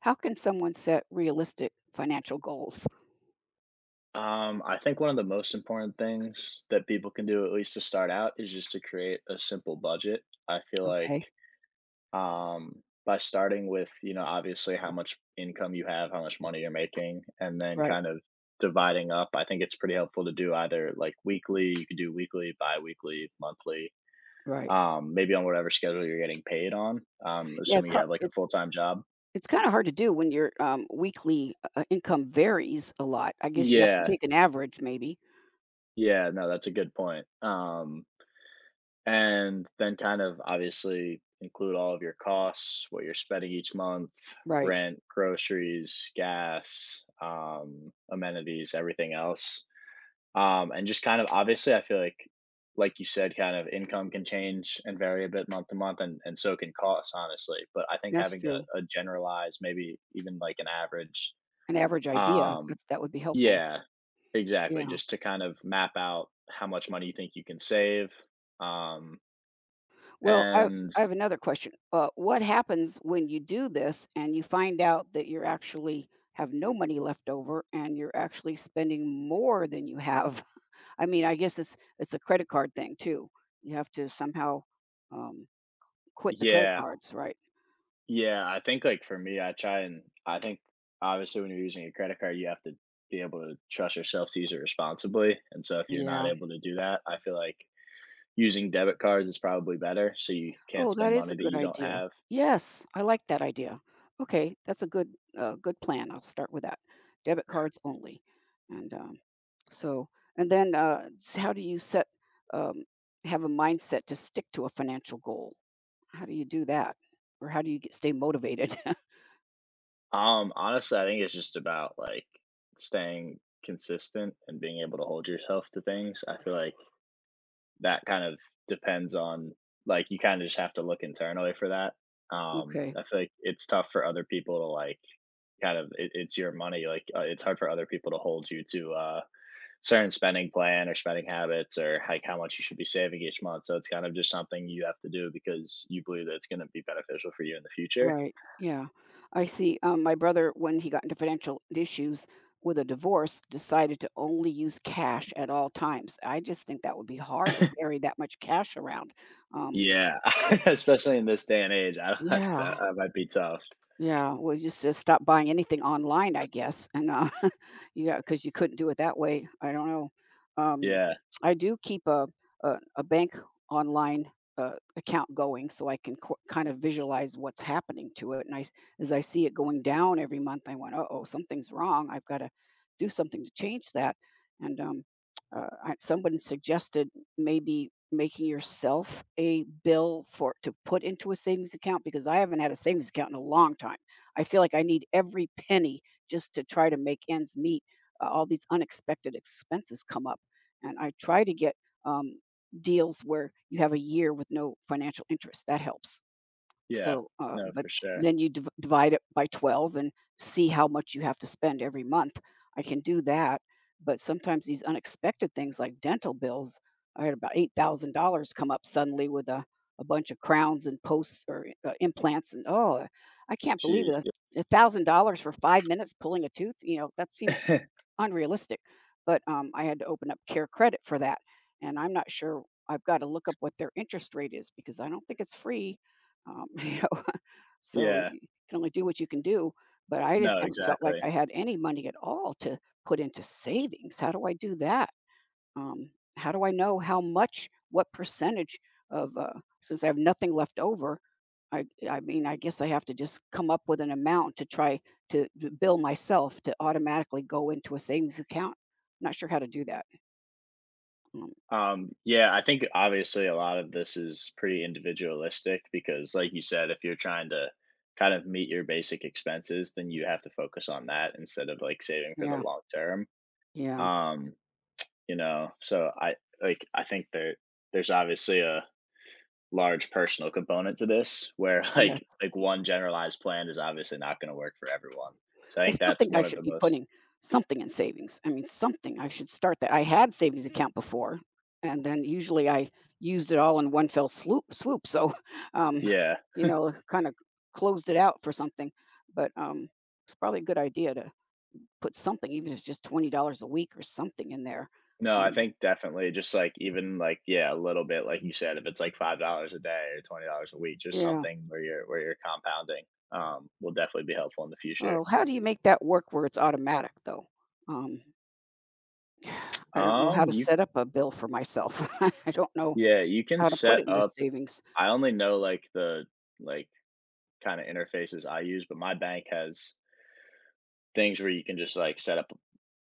How can someone set realistic financial goals? I think one of the most important things that people can do, at least to start out, is just to create a simple budget. I feel like Okay. By starting with, obviously how much income you have, how much money you're making, and then Right. kind of dividing up, I think it's pretty helpful to do either like weekly, you could do weekly, bi weekly, monthly, Right. Maybe on whatever schedule you're getting paid on, Yeah, it's assuming you hard. have like a It, full time job. it's kind of hard to do when your weekly income varies a lot. I guess you have to Yeah. take an average, maybe. Yeah. No, that's a good point. And then kind of obviously include all of your costs, what you're spending each month, Right. rent, groceries, gas, amenities, everything else. And just kind of obviously, I feel like you said, kind of income can change and vary a bit month to month, and, so can costs, honestly. But I think That's having true. A generalized, maybe even like an average, An average idea. um, That's, that would be helpful. yeah, exactly, Yeah. just to kind of map out how much money you think you can save. Um, Well, I, and I have another question. What happens when you do this and you find out that you're actually have no money left over and you're actually spending more than you have? I mean, I guess it's a credit card thing too. You have to somehow um, quit the credit Yeah, cards, right? yeah, I think, like, for me, I try and I think, obviously, when you're using a credit card, you have to be able to trust yourself to use it responsibly, and so if you're not Yeah. able to do that, I feel like using debit cards is probably better, so you can't Oh, that spend is money a that good you don't idea. have. Yes, I like that idea. Okay, that's a good good plan. I'll start with that. Debit cards only, and so how do you set um, have a mindset to stick to a financial goal? How do you do that, or how do you get, stay motivated? Honestly, I think it's just about, like, staying consistent and being able to hold yourself to things. I feel like that kind of depends on like, you kinda just have to look internally for that. Okay. I feel like it's tough for other people to, like kind of it's your money. Like it's hard for other people to hold you to certain spending plan or spending habits or like how much you should be saving each month. So it's kind of just something you have to do because you believe that it's going to be beneficial for you in the future. Right. Yeah. I see. My brother, when he got into financial issues with a divorce, decided to only use cash at all times. I just think that would be hard to carry that much cash around. Um, Yeah, but especially in this day and age, I, yeah, that might be tough. yeah, well, just stop buying anything online, I guess, and, yeah, because you couldn't do it that way, I don't know. Um, Yeah, I do keep a bank online, account going so I can qu kind of visualize what's happening to it, and I s as I see it going down every month, I went, "Uh-oh, something's wrong, I've gotta do something to change that," and, I someone suggested maybe making yourself a bill for to put into a savings account because I haven't had a savings account in a long time. I feel like I need every penny just to try to make ends meet. All these unexpected expenses come up, and I try to get um, deals where you have a year with no financial interest. That helps. yeah, So, no, but for sure. then you divide it by 12 and see how much you have to spend every month. I can do that. But sometimes these unexpected things like dental bills, I had about $8,000 come up suddenly with a bunch of crowns and posts or implants. And oh, I can't believe it. Jeez, A $1,000 for 5 minutes pulling a tooth, you know, that seems yeah, unrealistic. But I had to open up Care Credit for that, and I'm not sure. I've got to look up what their interest rate is because I don't think it's free. You know, so yeah, you can only do what you can do. But I just no, haven't felt like exactly. I had any money at all to put into savings. How do I do that? Um, how do I know how much, what percentage of, since I have nothing left over, I mean, I guess I have to just come up with an amount to try to bill myself to automatically go into a savings account. Not sure how to do that. Mm, Yeah, I think obviously a lot of this is pretty individualistic because, like you said, if you're trying to kind of meet your basic expenses, then you have to focus on that instead of like saving for the yeah, long term. yeah, Um, you know, I think there's obviously a large personal component to this where yes. Like one generalized plan is obviously not going to work for everyone. So I I think still that's think I one of should the be most putting something in savings. I mean, something. I should start that. I had savings account before, and then usually I used it all in one fell swoop. Swoop. So, um, yeah. you know, kind of closed it out for something. But it's probably a good idea to put something, even if it's just $20 a week or something in there. No, I Um, think definitely just, like, even, like, yeah, a little bit, like you said, if it's, like, $5 a day or $20 a week, just yeah. something where you're compounding, will definitely be helpful in the future. Well, how do you make that work where it's automatic though? Um, I don't know how to You set up a bill for myself. I don't know Yeah, you can how to put set it into up. savings. I only know, like, the, like, kinda interfaces I use, but my bank has things where you can just, like, set up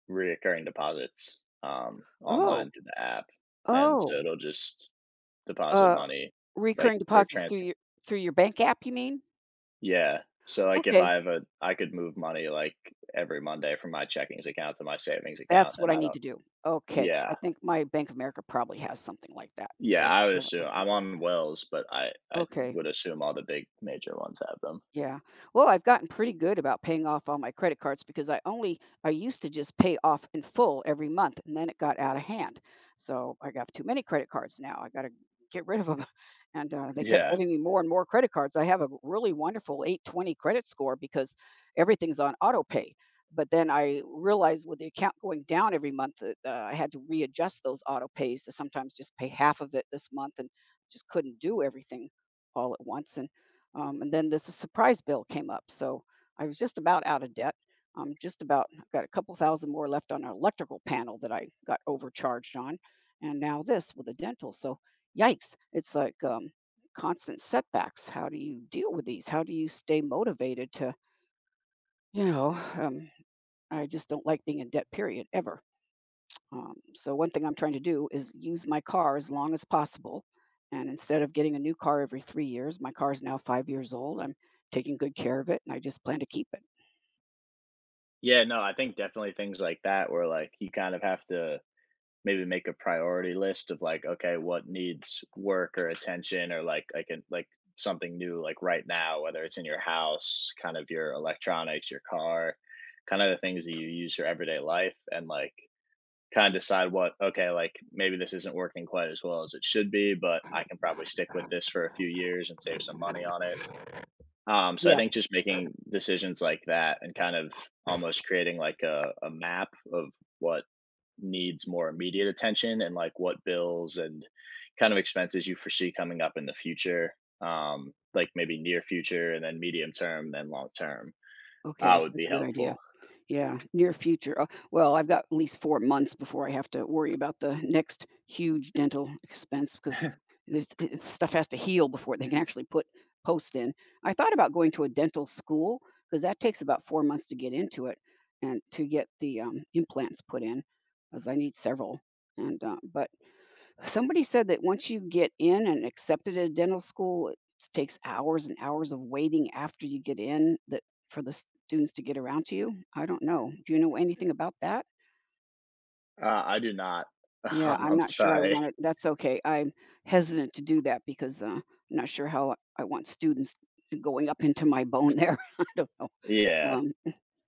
reoccurring deposits, Oh, online through the app, and so oh, it'll just deposit uh, money, like, recurring or deposits transfer. Through your bank app, you mean? Yeah. So, like, if Okay, I have a I could move money, like, every Monday from my checkings account to my savings account, that's what and I I need don't. to do. Okay, I Yeah. think my Bank of America probably has something like that. I Yeah, haven't I would assume looked I'm into. on Wells, but I It. I Okay. would assume all the big major ones have them. Yeah. Well, I've gotten pretty good about paying off all my credit cards because I used to just pay off in full every month and then it got out of hand. So I got too many credit cards now. I got to get rid of them. And they kept Yeah. giving me more and more credit cards. I have a really wonderful 820 credit score because everything's on auto pay. But then I realized with the account going down every month that I had to readjust those auto pays to sometimes just pay half of it this month and just couldn't do everything all at once. And then this surprise bill came up. So I was just about out of debt. Just about I've got a couple thousand more left on an electrical panel that I got overcharged on. And now this with a dental. So yikes, it's like constant setbacks. How do you deal with these? How do you stay motivated to, you know, I just don't like being in debt, period, ever. So one thing I'm trying to do is use my car as long as possible. And instead of getting a new car every 3 years, my car is now 5 years old. I'm taking good care of it, and I just plan to keep it. Yeah, no, I think definitely things like that where, like, you kind of have to maybe make a priority list of like, okay, what needs work or attention or like I can like something new like right now, whether it's in your house, kind of your electronics, your car, kind of the things that you use your everyday life and like kind of decide what okay like maybe this isn't working quite as well as it should be but I can probably stick with this for a few years and save some money on it so I Yeah. think just making decisions like that and kind of almost creating like a map of what needs more immediate attention and like what bills and kind of expenses you foresee coming up in the future, like maybe near future and then medium term, then long term, Okay, would be that's a good idea. helpful. Yeah, near future. Well, I've got at least 4 months before I have to worry about the next huge dental expense because this I stuff has to heal before they can actually put posts in. I thought about going to a dental school because that takes about 4 months to get into it and to get the, implants put in, because I need several, and, but somebody said that once you get in and accepted at a dental school, it takes hours and hours of waiting after you get in that for the students to get around to you. I don't know. Do you know anything about that? I do not. Yeah, I'm I'm not sure I want sorry. it. That's okay. I'm hesitant to do that because I'm not sure how I want students going up into my bone there. I don't know. Yeah. Um,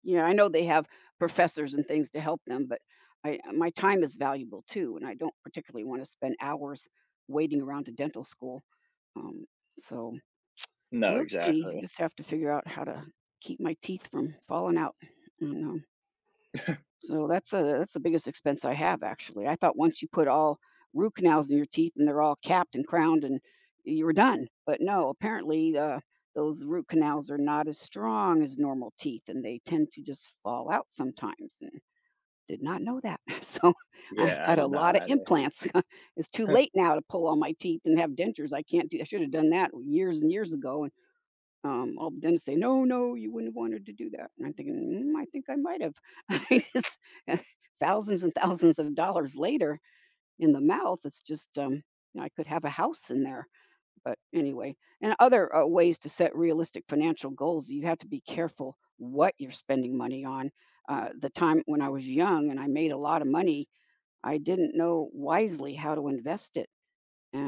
You know, I know they have professors and things to help them, but I my time is valuable too, and I don't particularly wanna spend hours waiting around to dental school. Um, so No, we'll see. exactly. Just have to figure out how to keep my teeth from falling out, and, so that's the biggest expense I have actually. I thought once you put all root canals in your teeth and they're all capped and crowned and you were done. But no, apparently those root canals are not as strong as normal teeth and they tend to just fall out sometimes. And did not know that. So I've Yeah, I got a did not lot of either. implants. It's too late now to pull all my teeth and have dentures. I can't do. I should have done that years and years ago all of them say, "No, no, you wouldn't have wanted to do that." And I'm thinking, mm, "I think I might have." I just, thousands and thousands of dollars later in the mouth, it's just, you know, I could have a house in there. But anyway, and other ways to set realistic financial goals, you have to be careful what you're spending money on. The time when I was young and I made a lot of money, I didn't know wisely how to invest it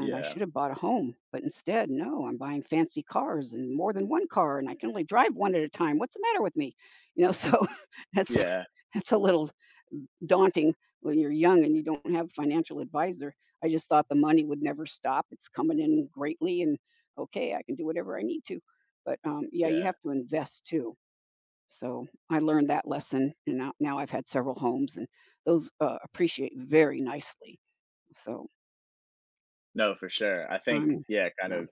I Yeah. should have bought a home, but instead, no, I'm buying fancy cars and more than one car, and I can only drive one at a time. What's the matter with me? You know, so that's Yeah. that's a little daunting when you're young and you don't have a financial advisor. I just thought the money would never stop. It's coming in greatly, and okay, I can do whatever I need to. But yeah, you Yeah. have to invest too. So I learned that lesson, and now I've had several homes, and those appreciate very nicely. So No, for sure. I think, I'm, yeah, kind yeah, of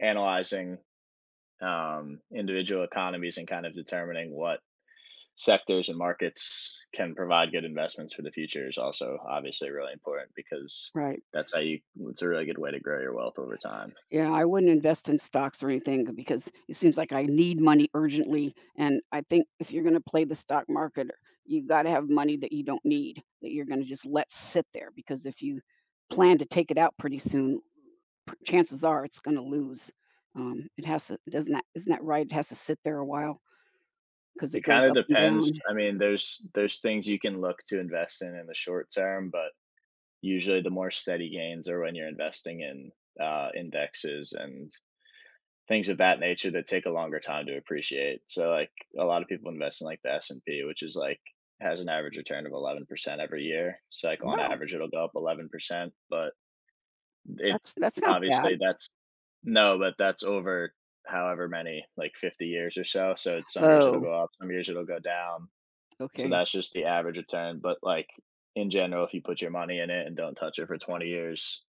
analyzing individual economies and kind of determining what sectors and markets can provide good investments for the future is also obviously really important because right. that's how you it's a really good way to grow your wealth over time. Yeah, I wouldn't invest in stocks or anything because it seems like I need money urgently. And I think if you're going to play the stock market, you got to have money that you don't need, that you're going to just let sit there. Because if you plan to take it out pretty soon, chances are it's going to lose. It has to, doesn't that, isn't that right? It has to sit there a while because it It kind goes of up and down. depends. I mean, there's things you can look to invest in the short term, but usually the more steady gains are when you're investing in indexes and things of that nature that take a longer time to appreciate. So like a lot of people invest in like the S and P, which is like has an average return of 11% every year. So like on Wow, average it'll go up 11%, but it that's not bad. obviously that's no, but that's over however many, like 50 years or so, so it's some years it'll Oh, go up, some years it'll go down, so okay. that's just the average return, but, like, in general, if you put your money in it and don't touch it for 20 years,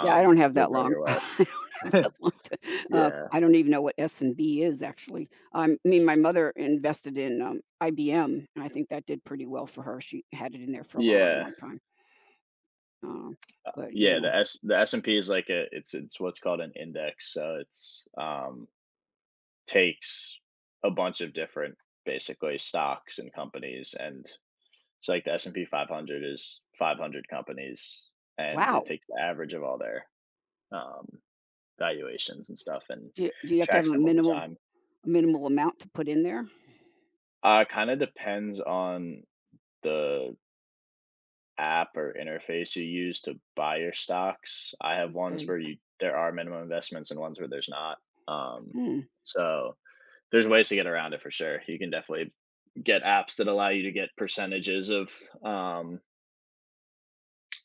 Yeah, I don't have you'll that grow long. your I wealth. don't have that long to Yeah. I don't even know what S&B is actually. I mean, my mother invested in, IBM, and I think that did pretty well for her. She had it in there for a long, Yeah. long time. Um, but, you Yeah, know, the S the S&P is like a it's what's called an index, so it's, takes a bunch of different, basically, stocks and companies and so like the S&P 500 is 500 companies and it wow! takes the average of all their um, valuations and stuff and Do you have to have tracks a them over time. minimal amount to put in there? Kind of depends on the app or interface you use to buy your stocks. I have ones Okay. where you there are minimum investments and ones where there's not. Um, Hmm. so there's ways to get around it for sure. You can definitely get apps that allow you to get percentages of um,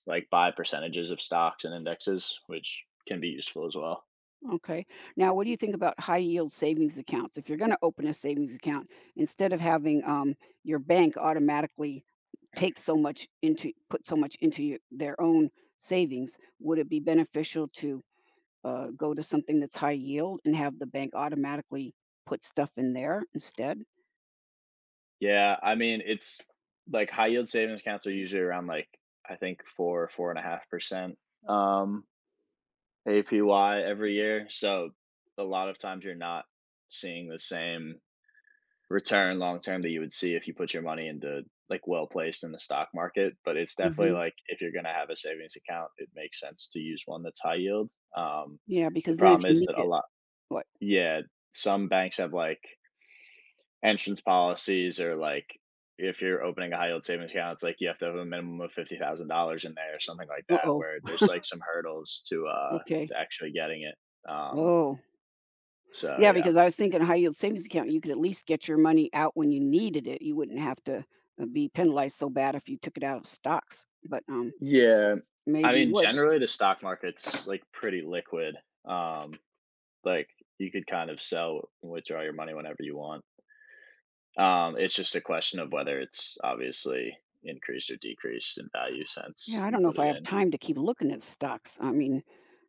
like buy percentages of stocks and indexes, which can be useful as well. Okay. Now, what do you think about high yield savings accounts? If you're going to open a savings account, instead of having your bank automatically take so much into put so much into your, their own savings, would it be beneficial to go to something that's high yield and have the bank automatically put stuff in there instead? Yeah, I mean it's like high yield savings accounts are usually around like I think 4.5% um APY every year. So a lot of times you're not seeing the same return long term that you would see if you put your money into like well placed in the stock market. But it's definitely Hmm. like if you're gonna have a savings account, it makes sense to use one that's high yield. Yeah, The because then if problem you is need that a it, lot what? Yeah, some banks have, like, entrance policies or, like, if you're opening a high yield savings account, it's like you have to have a minimum of $50,000 in there or something like Uh that, oh. where there's, like, some hurdles Okay. to actually getting it. Um, Whoa. Yeah, yeah. because I was thinking a high yield savings account, you could at least get your money out when you needed it. You wouldn't have to be penalized so bad if you took it out of stocks, but Yeah. I maybe you mean, would. generally, the stock market's, like, pretty liquid. Um, like, you could kind of sell and withdraw your money whenever you want. It's just a question of whether it's obviously increased or decreased in value Yeah, since I you don't know if put I it have in. time to keep looking at stocks. I mean,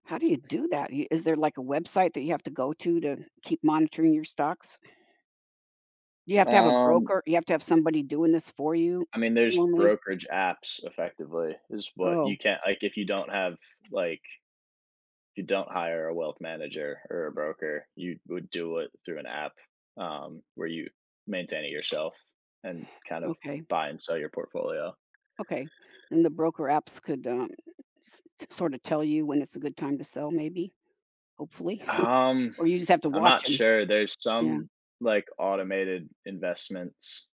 how do you do that? Is there like a website that you have to go to keep monitoring your stocks? You have to have a Um broker. You have to have somebody doing this for you I mean, there's normally. brokerage apps effectively is what you Oh, can't like, if you don't have, like if you don't hire a wealth manager or a broker, you would do it through an app, where you maintain it yourself and kind of okay, buy and sell your portfolio. okay. Then the broker apps could sort of tell you when it's a good time to sell, maybe. Hopefully. Um, Or you just have to I'm watch not 'em. sure. There's Yeah, some, like, automated investments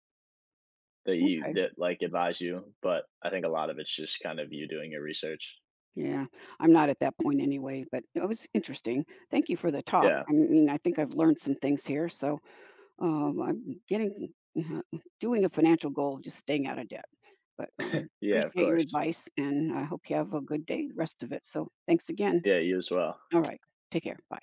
okay. that, like, advise you, but I think a lot of it's just kind of you doing your research. Yeah. I'm not at that point anyway, but it was interesting. Thank you for the talk. Yeah. I mean, I think I've learned some things here, so, I'm getting uh, doing a financial goal of just staying out of debt. But, Yeah, of appreciate your course. advice, and I hope you have a good day, the rest of it. So, thanks again. Yeah, you as well. All right. Take care. Bye.